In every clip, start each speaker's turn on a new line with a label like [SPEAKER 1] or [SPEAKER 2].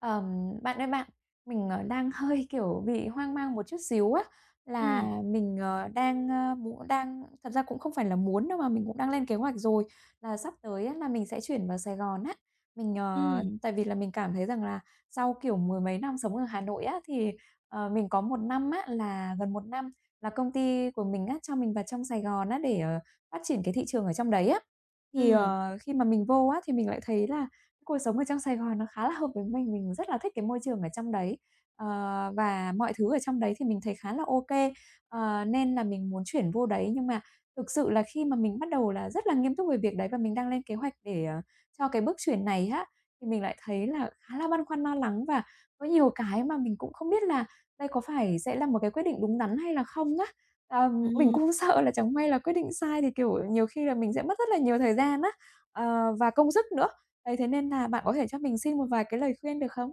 [SPEAKER 1] Ờm, bạn ơi bạn, mình, đang hơi, kiểu, bị hoang mang một chút xíu á, là
[SPEAKER 2] Ừm,
[SPEAKER 1] mình, đang, muốn đang thật ra cũng không phải là muốn đâu mà mình cũng đang lên kế hoạch rồi, là sắp tới á là mình sẽ chuyển vào Sài Gòn á. Mình,
[SPEAKER 2] ừm,
[SPEAKER 1] tại vì là mình cảm thấy rằng là sau, kiểu, mười mấy năm sống ở Hà Nội á, thì, mình có một năm á là gần một năm là công ty của mình á, cho mình vào trong Sài Gòn á để, phát triển cái thị trường ở trong đấy á. Thì,
[SPEAKER 2] ừm,
[SPEAKER 1] khi mà mình vô á, thì mình lại thấy là cuộc sống ở trong Sài Gòn nó khá là hợp với mình rất là thích cái môi trường ở trong đấy, ờ, và mọi thứ ở trong đấy thì mình thấy khá là ok, nên là mình muốn chuyển vô đấy. Nhưng mà thực sự là khi mà mình bắt đầu là rất là nghiêm túc về việc đấy và mình đang lên kế hoạch để, cho cái bước chuyển này á, thì mình lại thấy là khá là băn khoăn lo lắng và có nhiều cái mà mình cũng không biết là đây có phải sẽ là một cái quyết định đúng đắn hay là không á. Ờ, mình
[SPEAKER 2] ừm,
[SPEAKER 1] cũng sợ là chẳng may là quyết định sai thì, kiểu, nhiều khi là mình sẽ mất rất là nhiều thời gian á, và công sức nữa. Đấy, thế nên là bạn có thể cho mình xin một vài cái lời khuyên được không?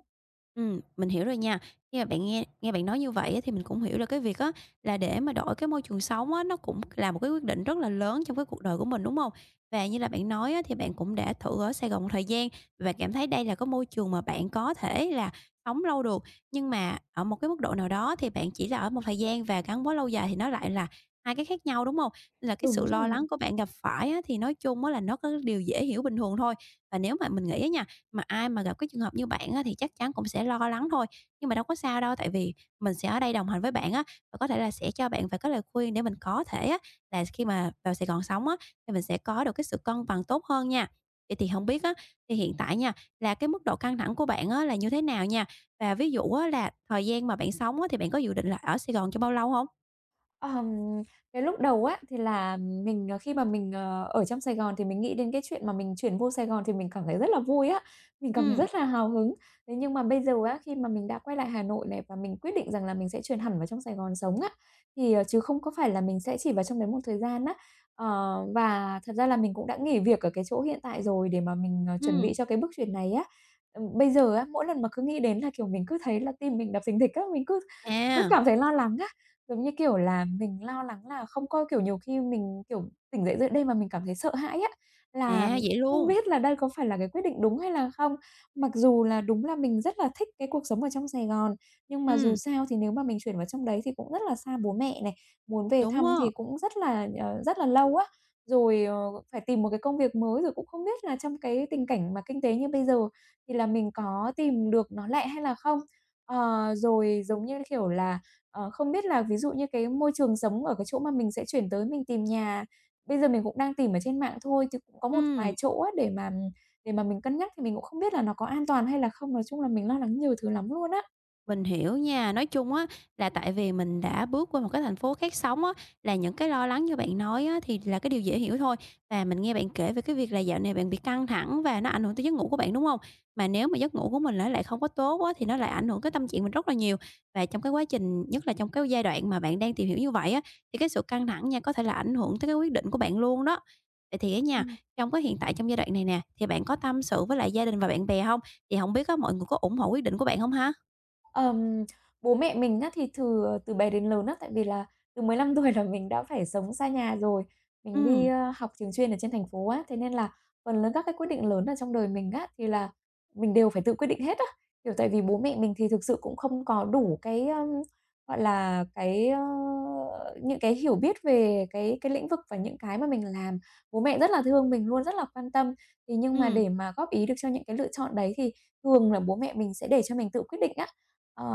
[SPEAKER 2] mình hiểu rồi nha. Khi mà bạn nghe nghe bạn nói như vậy á, thì mình cũng hiểu là cái việc á, là để mà đổi cái môi trường sống á, nó cũng là một cái quyết định rất là lớn trong cái cuộc đời của mình, đúng hông? Và như là bạn nói á, thì bạn cũng đã thử ở Sài Gòn một thời gian và cảm thấy đây là cái môi trường mà bạn có thể là sống lâu được, nhưng mà ở một cái mức độ nào đó thì bạn chỉ là ở một thời gian và gắn bó lâu dài thì nó lại là hai cái khác nhau, đúng hông? Nên là cái
[SPEAKER 1] Đúng
[SPEAKER 2] sự lo lắng
[SPEAKER 1] rồi.
[SPEAKER 2] của bạn gặp phải á, thì nói chung á, là nó có điều dễ hiểu bình thường thôi. Và nếu mà mình nghĩ á nha, mà ai mà gặp cái trường hợp như bạn á, thì chắc chắn cũng sẽ lo lắng thôi, nhưng mà đâu có sao đâu, tại vì mình sẽ ở đây đồng hành với bạn á, và có thể là sẽ cho bạn vài cái lời khuyên để mình có thể á, là khi mà vào Sài Gòn sống á, thì mình sẽ có được cái sự cân bằng tốt hơn nha. Vậy thì không biết á, thì hiện tại nha, là cái mức độ căng thẳng của bạn á, là như thế nào nha? Và ví dụ á, là thời gian mà bạn sống á, thì bạn có dự định là ở Sài Gòn trong bao lâu không?
[SPEAKER 1] Ờm, cái lúc đầu á, thì là mình, khi mà mình, ở trong Sài Gòn thì mình nghĩ đến cái chuyện mà mình chuyển vô Sài Gòn thì mình cảm thấy rất là vui á, mình cảm thấy
[SPEAKER 2] Ừ,
[SPEAKER 1] rất là hào hứng. Thế nhưng mà bây giờ á, khi mà mình đã quay lại Hà Nội này và mình quyết định rằng là mình sẽ chuyển hẳn vào trong Sài Gòn sống á, thì, chứ không có phải là mình sẽ chỉ vào trong đấy một thời gian á. Và thật ra là mình cũng đã nghỉ việc ở cái chỗ hiện tại rồi để mà mình, chuẩn bị
[SPEAKER 2] ừ,
[SPEAKER 1] cho cái bước chuyển này á. Bây giờ á, mỗi lần mà cứ nghĩ đến là, kiểu, mình cứ thấy là tim mình đập thình thịch á, mình cứ cứ
[SPEAKER 2] à,
[SPEAKER 1] cảm thấy lo lắng á. Giống như kiểu là mình lo lắng là không có kiểu, nhiều khi mình, kiểu, tỉnh dậy giữa đêm mà mình cảm thấy sợ hãi á, là
[SPEAKER 2] à, vậy
[SPEAKER 1] không
[SPEAKER 2] luôn.
[SPEAKER 1] biết là đây có phải là cái quyết định đúng hay là không. Mặc dù là đúng là mình rất là thích cái cuộc sống ở trong Sài Gòn, nhưng mà dù
[SPEAKER 2] Ừm,
[SPEAKER 1] sao thì nếu mà mình chuyển vào trong đấy thì cũng rất là xa bố mẹ này, muốn về thăm
[SPEAKER 2] đúng á,
[SPEAKER 1] thì cũng rất là lâu á. Rồi, phải tìm một cái công việc mới, rồi cũng không biết là trong cái tình cảnh mà kinh tế như bây giờ thì là mình có tìm được nó lại hay là không. Rồi giống như, kiểu là không biết là ví dụ như cái môi trường sống ở cái chỗ mà mình sẽ chuyển tới mình tìm nhà, bây giờ mình cũng đang tìm ở trên mạng thôi, chứ cũng có một vài
[SPEAKER 2] ừ.
[SPEAKER 1] chỗ á để mà mình cân nhắc thì mình cũng không biết là nó có an toàn hay là không. Nói chung là mình lo lắng nhiều thứ lắm luôn á.
[SPEAKER 2] Mình hiểu nha, nói chung á là tại vì mình đã bước qua một cái thành phố khác sống á, là những cái lo lắng như bạn nói á thì là cái điều dễ hiểu thôi. Và mình nghe bạn kể về cái việc là dạo này bạn bị căng thẳng và nó ảnh hưởng tới giấc ngủ của bạn, đúng không? Mà nếu mà giấc ngủ của mình nó lại không có tốt á thì nó lại ảnh hưởng tới tâm trạng mình rất là nhiều. Và trong cái quá trình nhất là trong cái giai đoạn mà bạn đang tìm hiểu như vậy á, thì cái sự căng thẳng nha, có thể là ảnh hưởng tới cái quyết định của bạn luôn đó. Vậy thì á
[SPEAKER 1] Ừ.
[SPEAKER 2] nha, trong cái hiện tại trong giai đoạn này nè, thì bạn có tâm sự với lại gia đình và bạn bè không? Thì không biết á mọi người có ủng hộ quyết định của bạn không ha?
[SPEAKER 1] Ờm, bố mẹ mình á thì từ bé đến lớn á, tại vì là từ 15 tuổi là mình đã phải sống xa nhà rồi, mình đi,
[SPEAKER 2] Ừm.
[SPEAKER 1] học trường chuyên ở trên thành phố á, thế nên là phần lớn các cái quyết định lớn ở trong đời mình á, thì là mình đều phải tự quyết định hết á. Kiểu, tại vì bố mẹ mình thì thực sự cũng không có đủ cái, gọi là, cái, những cái hiểu biết về cái lĩnh vực và những cái mà mình làm. Bố mẹ rất là thương mình luôn, rất là quan tâm, thì nhưng mà
[SPEAKER 2] Ừm,
[SPEAKER 1] để mà góp ý được cho những cái lựa chọn đấy thì thường là bố mẹ mình sẽ để cho mình tự quyết định á. Ờ,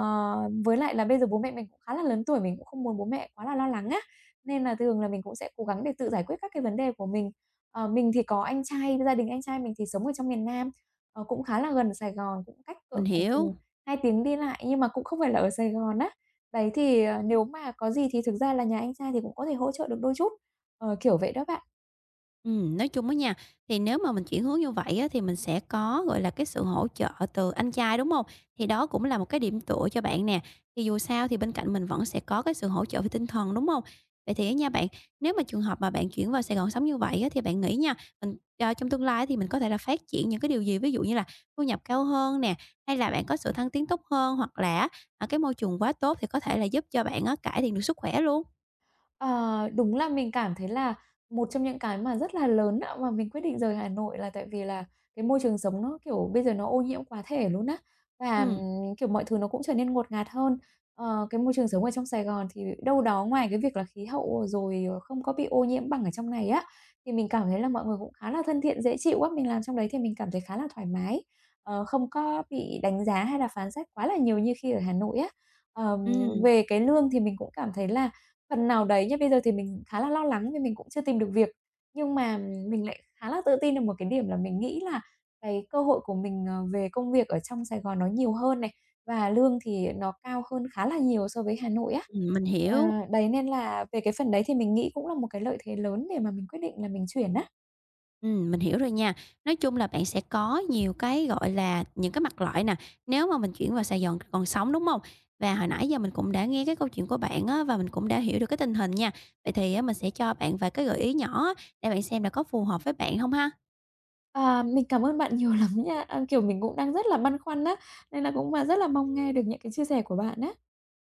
[SPEAKER 1] với lại là bây giờ bố mẹ mình cũng khá là lớn tuổi, mình cũng không muốn bố mẹ quá là lo lắng á, nên là thường là mình cũng sẽ cố gắng để tự giải quyết các cái vấn đề của mình. Mình thì có anh trai, gia đình anh trai mình thì sống ở trong miền Nam, cũng khá là gần Sài Gòn, cũng cách cỡ
[SPEAKER 2] mình
[SPEAKER 1] khoảng
[SPEAKER 2] hiểu.
[SPEAKER 1] chừng 2 tiếng đi lại nhưng mà cũng không phải là ở Sài Gòn á. Đấy, thì, nếu mà có gì thì thực ra là nhà anh trai thì cũng có thể hỗ trợ được đôi chút, kiểu vậy đó bạn.
[SPEAKER 2] Nói chung á nha, thì nếu mà mình chuyển hướng như vậy á, thì mình sẽ có, gọi là, cái sự hỗ trợ từ anh trai, đúng không? Thì đó cũng là một cái điểm tựa cho bạn nè, thì dù sao thì bên cạnh mình vẫn sẽ có cái sự hỗ trợ về tinh thần, đúng không? Vậy thì á nha bạn, nếu mà trường hợp mà bạn chuyển vào Sài Gòn sống như vậy á, thì bạn nghĩ nha, trong tương lai thì mình có thể là phát triển những cái điều gì? Ví dụ như là thu nhập cao hơn nè, hay là bạn có sự thăng tiến tốt hơn, hoặc là á, cái môi trường quá tốt thì có thể là giúp cho bạn á, cải thiện được sức khỏe luôn?
[SPEAKER 1] Ờ, đúng là mình cảm thấy là một trong những cái mà rất là lớn á, mà mình quyết định rời Hà Nội là tại vì là cái môi trường sống nó, kiểu, bây giờ nó ô nhiễm quá thể luôn á, và,
[SPEAKER 2] Ừm,
[SPEAKER 1] kiểu, mọi thứ nó cũng trở nên ngột ngạt hơn. Cái môi trường sống ở trong Sài Gòn thì đâu đó ngoài cái việc là khí hậu rồi không có bị ô nhiễm bằng ở trong này á, thì mình cảm thấy là mọi người cũng khá là thân thiện, dễ chịu á. Mình làm trong đấy thì mình cảm thấy khá là thoải mái, không có bị đánh giá hay là phán xét quá là nhiều như khi ở Hà Nội á. Ờm,
[SPEAKER 2] ừm,
[SPEAKER 1] về cái lương thì mình cũng cảm thấy là phần nào đấy nhá, bây giờ thì mình khá là lo lắng vì mình cũng chưa tìm được việc, nhưng mà mình lại khá là tự tin được một cái điểm là mình nghĩ là cái cơ hội của mình, về công việc ở trong Sài Gòn nó nhiều hơn này, và lương thì nó cao hơn khá là nhiều so với Hà Nội á.
[SPEAKER 2] mình hiểu.
[SPEAKER 1] À, đấy, nên là về cái phần đấy thì mình nghĩ cũng là một cái lợi thế lớn để mà mình quyết định là mình chuyển á.
[SPEAKER 2] Mình hiểu rồi nha. Nói chung là bạn sẽ có nhiều cái, gọi là, những cái mặt lợi nè, nếu mà mình chuyển vào Sài Gòn còn sống, đúng không? Và hồi nãy giờ mình cũng đã nghe cái câu chuyện của bạn á, và mình cũng đã hiểu được cái tình hình nha. Vậy thì á, mình sẽ cho bạn vài cái gợi ý nhỏ á, để bạn xem là có phù hợp với bạn không ha?
[SPEAKER 1] À, mình cảm ơn bạn nhiều lắm nha, kiểu, mình cũng đang rất là băn khoăn á, nên là cũng mà rất là mong nghe được những cái chia sẻ của bạn á.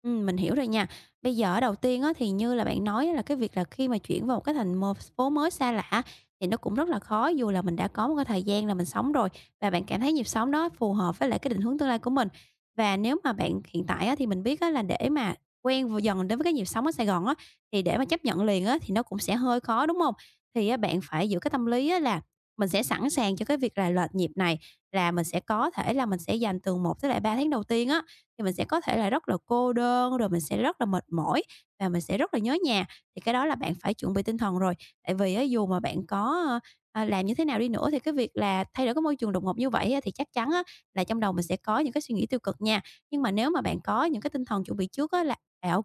[SPEAKER 2] Mình hiểu rồi nha. Bây giờ đầu tiên á, thì như là bạn nói á, là cái việc là khi mà chuyển vào một cái thành phố mới xa lạ thì nó cũng rất là khó, dù là mình đã có một cái thời gian là mình sống rồi và bạn cảm thấy nhịp sống đó phù hợp với lại cái định hướng tương lai của mình. Và nếu mà bạn hiện tại á, thì mình biết á, là để mà quen dần đến với cái nhịp sống ở Sài Gòn á, thì để mà chấp nhận liền á, thì nó cũng sẽ hơi khó, đúng không? Thì á, bạn phải giữ cái tâm lý á, là mình sẽ sẵn sàng cho cái việc là lệch nhịp này, là mình sẽ có thể là mình sẽ dành từ 1 tới lại 3 tháng đầu tiên á, thì mình sẽ có thể là rất là cô đơn, rồi mình sẽ rất là mệt mỏi và mình sẽ rất là nhớ nhà. Thì cái đó là bạn phải chuẩn bị tinh thần rồi, tại vì á dù mà bạn có, làm như thế nào đi nữa thì cái việc là thay đổi cái môi trường đột ngột như vậy á, thì chắc chắn á là trong đầu mình sẽ có những cái suy nghĩ tiêu cực nha. Nhưng mà nếu mà bạn có những cái tinh thần chuẩn bị trước á là, à, ô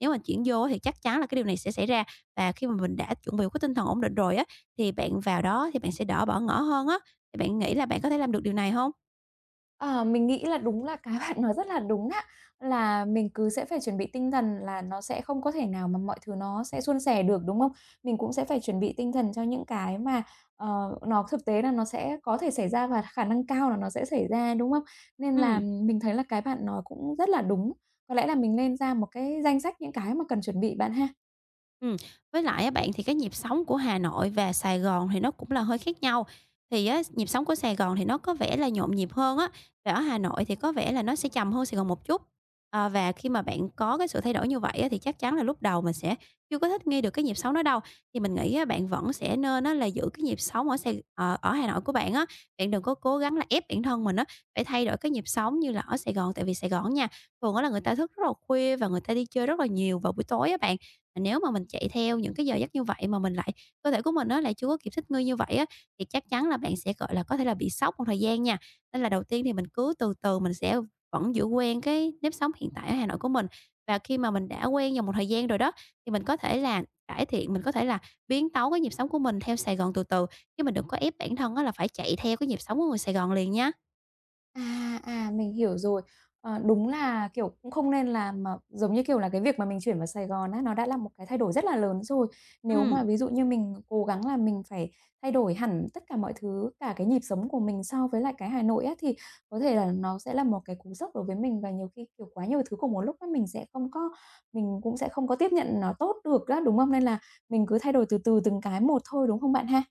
[SPEAKER 2] nếu mà chuyển vô thì chắc chắn là cái điều này sẽ xảy ra và khi mà mình đã chuẩn bị có tinh thần ổn định rồi á, thì bạn vào đó thì bạn sẽ đỡ bỏ ngỏ hơn á. Thì bạn nghĩ là bạn có thể làm được điều này không?
[SPEAKER 1] Ờ, mình nghĩ là đúng là cái bạn nói rất là đúng á, là mình cứ sẽ phải chuẩn bị tinh thần là nó sẽ không có thể nào mà mọi thứ nó sẽ suôn sẻ được, đúng không? Mình cũng sẽ phải chuẩn bị tinh thần cho những cái mà, nó thực tế là nó sẽ có thể xảy ra và khả năng cao là nó sẽ xảy ra, đúng không? Nên là
[SPEAKER 2] Ừm.
[SPEAKER 1] mình thấy là cái bạn nói cũng rất là đúng. Có lẽ là mình nên ra một cái danh sách những cái mà cần chuẩn bị bạn ha.
[SPEAKER 2] Ừm, với lại á bạn thì cái nhịp sống của Hà Nội và Sài Gòn thì nó cũng là hơi khác nhau. Thì á, nhịp sống của Sài Gòn thì nó có vẻ là nhộn nhịp hơn á, và ở Hà Nội thì có vẻ là nó sẽ chậm hơn Sài Gòn một chút. Ờ, và khi mà bạn có cái sự thay đổi như vậy á, thì chắc chắn là lúc đầu mình sẽ chưa có thích nghi được cái nhịp sống đó đâu. Thì mình nghĩ á, bạn vẫn sẽ nên á, là giữ cái nhịp sống ở ở Hà Nội của bạn á. Bạn đừng có cố gắng là ép bản thân mình á, phải thay đổi cái nhịp sống như là ở Sài Gòn, tại vì Sài Gòn nha, thường á là người ta thức rất là khuya và người ta đi chơi rất là nhiều vào buổi tối á bạn. Nếu mà mình chạy theo những cái giờ giấc như vậy mà mình lại cơ thể của mình nó lại chưa có kịp thích nghi như vậy á, thì chắc chắn là bạn sẽ, gọi là, có thể là bị sốc một thời gian nha. Nên là đầu tiên thì mình cứ từ từ mình sẽ vẫn giữ quen cái nếp sống hiện tại ở Hà Nội của mình. Và khi mà mình đã quen dòng một thời gian rồi đó, thì mình có thể là cải thiện, mình có thể là biến tấu cái nhịp sống của mình theo Sài Gòn từ từ, chứ mình đừng có ép bản thân á là phải chạy theo cái nhịp sống của người Sài Gòn liền nhá.
[SPEAKER 1] À, à, mình hiểu rồi. Đúng là, kiểu, cũng không nên làm mà giống như, kiểu là, cái việc mà mình chuyển vào Sài Gòn á, nó đã là một cái thay đổi rất là lớn rồi. Nếu mà
[SPEAKER 2] Ừm.
[SPEAKER 1] ví dụ như mình cố gắng là mình phải thay đổi hẳn tất cả mọi thứ, cả cái nhịp sống của mình so với lại cái Hà Nội á, thì có thể là nó sẽ là một cái cú sốc đối với mình và nhiều khi, kiểu, quá nhiều thứ cùng một lúc á, mình cũng sẽ không có tiếp nhận nó tốt được á, đúng không? Nên là mình cứ thay đổi từ từ từng cái một thôi, đúng không bạn ha?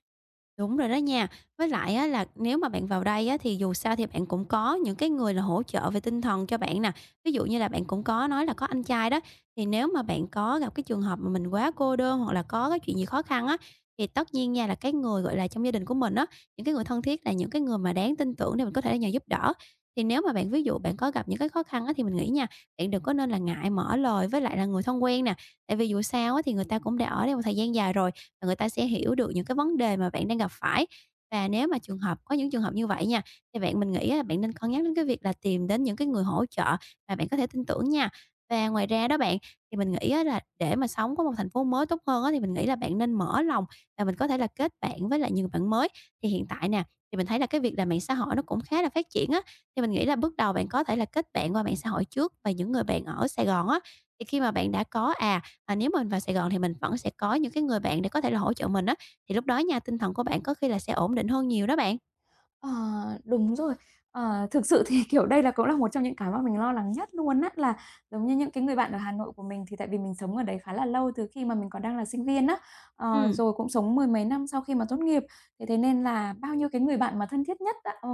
[SPEAKER 2] Đúng rồi đó nha. Với lại á là nếu mà bạn vào đây á thì dù sao thì bạn cũng có những cái người là hỗ trợ về tinh thần cho bạn nè. Ví dụ như là bạn cũng có nói là có anh trai đó, thì nếu mà bạn có gặp cái trường hợp mà mình quá cô đơn hoặc là có cái chuyện gì khó khăn á, thì tất nhiên nha là cái người, gọi là, trong gia đình của mình á, những cái người thân thiết là những cái người mà đáng tin tưởng để mình có thể nhờ giúp đỡ. Thì nếu mà bạn ví dụ bạn có gặp những cái khó khăn á thì mình nghĩ nha, bạn đừng có nên là ngại mở lời với lại là người thân quen nè. Tại vì dù sao á thì người ta cũng đã ở đây một thời gian dài rồi và người ta sẽ hiểu được những cái vấn đề mà bạn đang gặp phải. Và nếu mà trường hợp có những trường hợp như vậy nha, thì bạn mình nghĩ là bạn nên cân nhắc đến cái việc là tìm đến những cái người hỗ trợ mà bạn có thể tin tưởng nha. Và ngoài ra đó bạn, thì mình nghĩ á là để mà sống có một thành phố mới tốt hơn á, thì mình nghĩ là bạn nên mở lòng và mình có thể là kết bạn với lại nhiều bạn mới. Thì hiện tại nè, thì mình thấy là cái việc là mạng xã hội nó cũng khá là phát triển á, thì mình nghĩ là bước đầu bạn có thể là kết bạn qua mạng xã hội trước và những người bạn ở Sài Gòn á, thì khi mà bạn đã có, nếu mình vào Sài Gòn thì mình vẫn sẽ có những cái người bạn để có thể là hỗ trợ mình á, thì lúc đó nha, tinh thần của bạn có khi là sẽ ổn định hơn nhiều đó bạn.
[SPEAKER 1] Ờ, đúng rồi. Thực sự thì, kiểu, đây là cũng là một trong những cái mà mình lo lắng nhất luôn á, là giống như những cái người bạn ở Hà Nội của mình thì tại vì mình sống ở đấy khá là lâu từ khi mà mình còn đang là sinh viên á,
[SPEAKER 2] Ừm,
[SPEAKER 1] rồi cũng sống mười mấy năm sau khi mà tốt nghiệp. Thế thế nên là bao nhiêu cái người bạn mà thân thiết nhất á,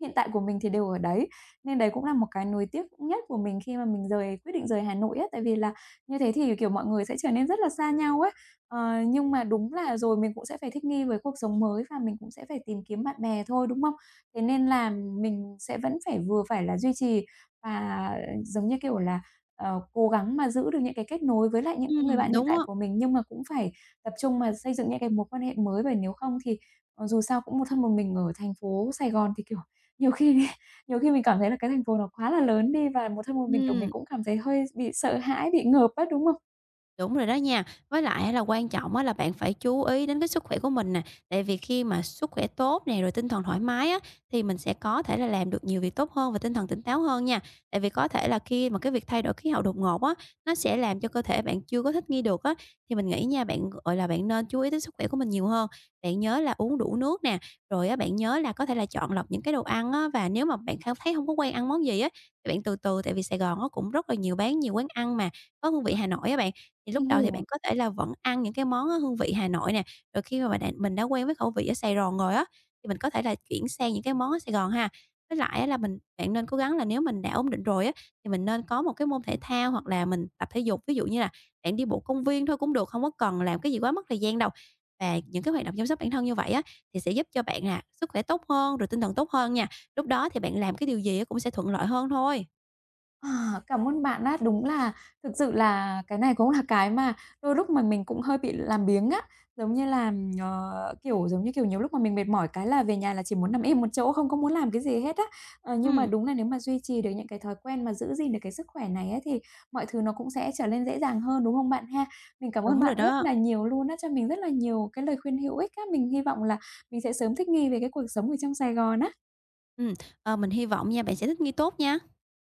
[SPEAKER 1] hiện tại của mình thì đều ở đấy, nên đấy cũng là một cái nuối tiếc nhất của mình khi mà mình quyết định rời Hà Nội á. Tại vì là như thế thì, kiểu, mọi người sẽ trở nên rất là xa nhau ấy. Nhưng mà đúng là rồi mình cũng sẽ phải thích nghi với cuộc sống mới và mình cũng sẽ phải tìm kiếm bạn bè thôi, đúng không? Thế nên là mình sẽ vẫn phải vừa phải là duy trì và, giống như kiểu là, cố gắng mà giữ được những cái kết nối với lại những cái người bạn hiện
[SPEAKER 2] đúng
[SPEAKER 1] tại
[SPEAKER 2] á,
[SPEAKER 1] của mình, nhưng mà cũng phải tập trung mà xây dựng những cái mối quan hệ mới, bởi nếu không thì, dù sao cũng một thân một mình ở thành phố Sài Gòn thì, kiểu, nhiều khi nhiều khi mình cảm thấy là cái thành phố nó quá là lớn đi và một thân một mình, kiểu, mình
[SPEAKER 2] ừm.
[SPEAKER 1] cũng cảm thấy hơi bị sợ hãi, bị ngợp á, đúng không?
[SPEAKER 2] Đúng rồi đó nha. Với lại là quan trọng á là bạn phải chú ý đến cái sức khỏe của mình nè, tại vì khi mà sức khỏe tốt nè, rồi tinh thần thoải mái á, thì mình sẽ có thể là làm được nhiều việc tốt hơn và tinh thần tỉnh táo hơn nha. Tại vì có thể là khi mà cái việc thay đổi khí hậu đột ngột á, nó sẽ làm cho cơ thể bạn chưa có thích nghi được á, thì mình nghĩ nha, bạn, gọi là, bạn nên chú ý tới sức khỏe của mình nhiều hơn. Bạn nhớ là uống đủ nước nè, rồi á bạn nhớ là có thể là chọn lọc những cái đồ ăn á, và nếu mà bạn không thấy không có quen ăn món gì á, thì bạn từ từ, tại vì Sài Gòn nó cũng rất là nhiều bán nhiều quán ăn mà có hương vị Hà Nội á bạn, thì lúc
[SPEAKER 1] Mình
[SPEAKER 2] đầu thì bạn
[SPEAKER 1] hiểu.
[SPEAKER 2] có thể là vẫn ăn những cái món á hương vị Hà Nội nè, rồi khi mà bạn đã mình đã quen với khẩu vị ở Sài Gòn rồi á, thì mình có thể là chuyển sang những cái món ở Sài Gòn ha. Với lại á là bạn nên cố gắng là nếu mình đã ổn định rồi á, thì mình nên có một cái môn thể thao hoặc là mình tập thể dục, ví dụ như là bạn đi bộ công viên thôi cũng được, không có cần làm cái gì quá mất thời gian đâu. Và những cái hoạt động chăm sóc bản thân như vậy á, thì sẽ giúp cho bạn là sức khỏe tốt hơn, rồi tinh thần tốt hơn nha. Lúc đó thì bạn làm cái điều gì á cũng sẽ thuận lợi hơn thôi.
[SPEAKER 1] À, cảm ơn bạn á. Đúng là thực sự là cái này cũng là cái mà đôi lúc mà mình cũng hơi bị làm biếng á. Giống như là, giống như kiểu, nhiều lúc mà mình mệt mỏi cái là về nhà là chỉ muốn nằm im một chỗ, không có muốn làm cái gì hết á. Nhưng mà
[SPEAKER 2] Ừm,
[SPEAKER 1] đúng là nếu mà duy trì được những cái thói quen mà giữ gìn được cái sức khỏe này ấy thì mọi thứ nó cũng sẽ trở nên dễ dàng hơn, đúng không bạn ha? Mình cảm ơn
[SPEAKER 2] đúng
[SPEAKER 1] bạn
[SPEAKER 2] rồi
[SPEAKER 1] rất
[SPEAKER 2] đó.
[SPEAKER 1] là nhiều luôn á, cho mình rất là nhiều cái lời khuyên hữu ích á. Mình hy vọng là mình sẽ sớm thích nghi về cái cuộc sống ở trong Sài Gòn á.
[SPEAKER 2] Ừm, ờ, mình hy vọng nha, bạn sẽ thích nghi tốt nha.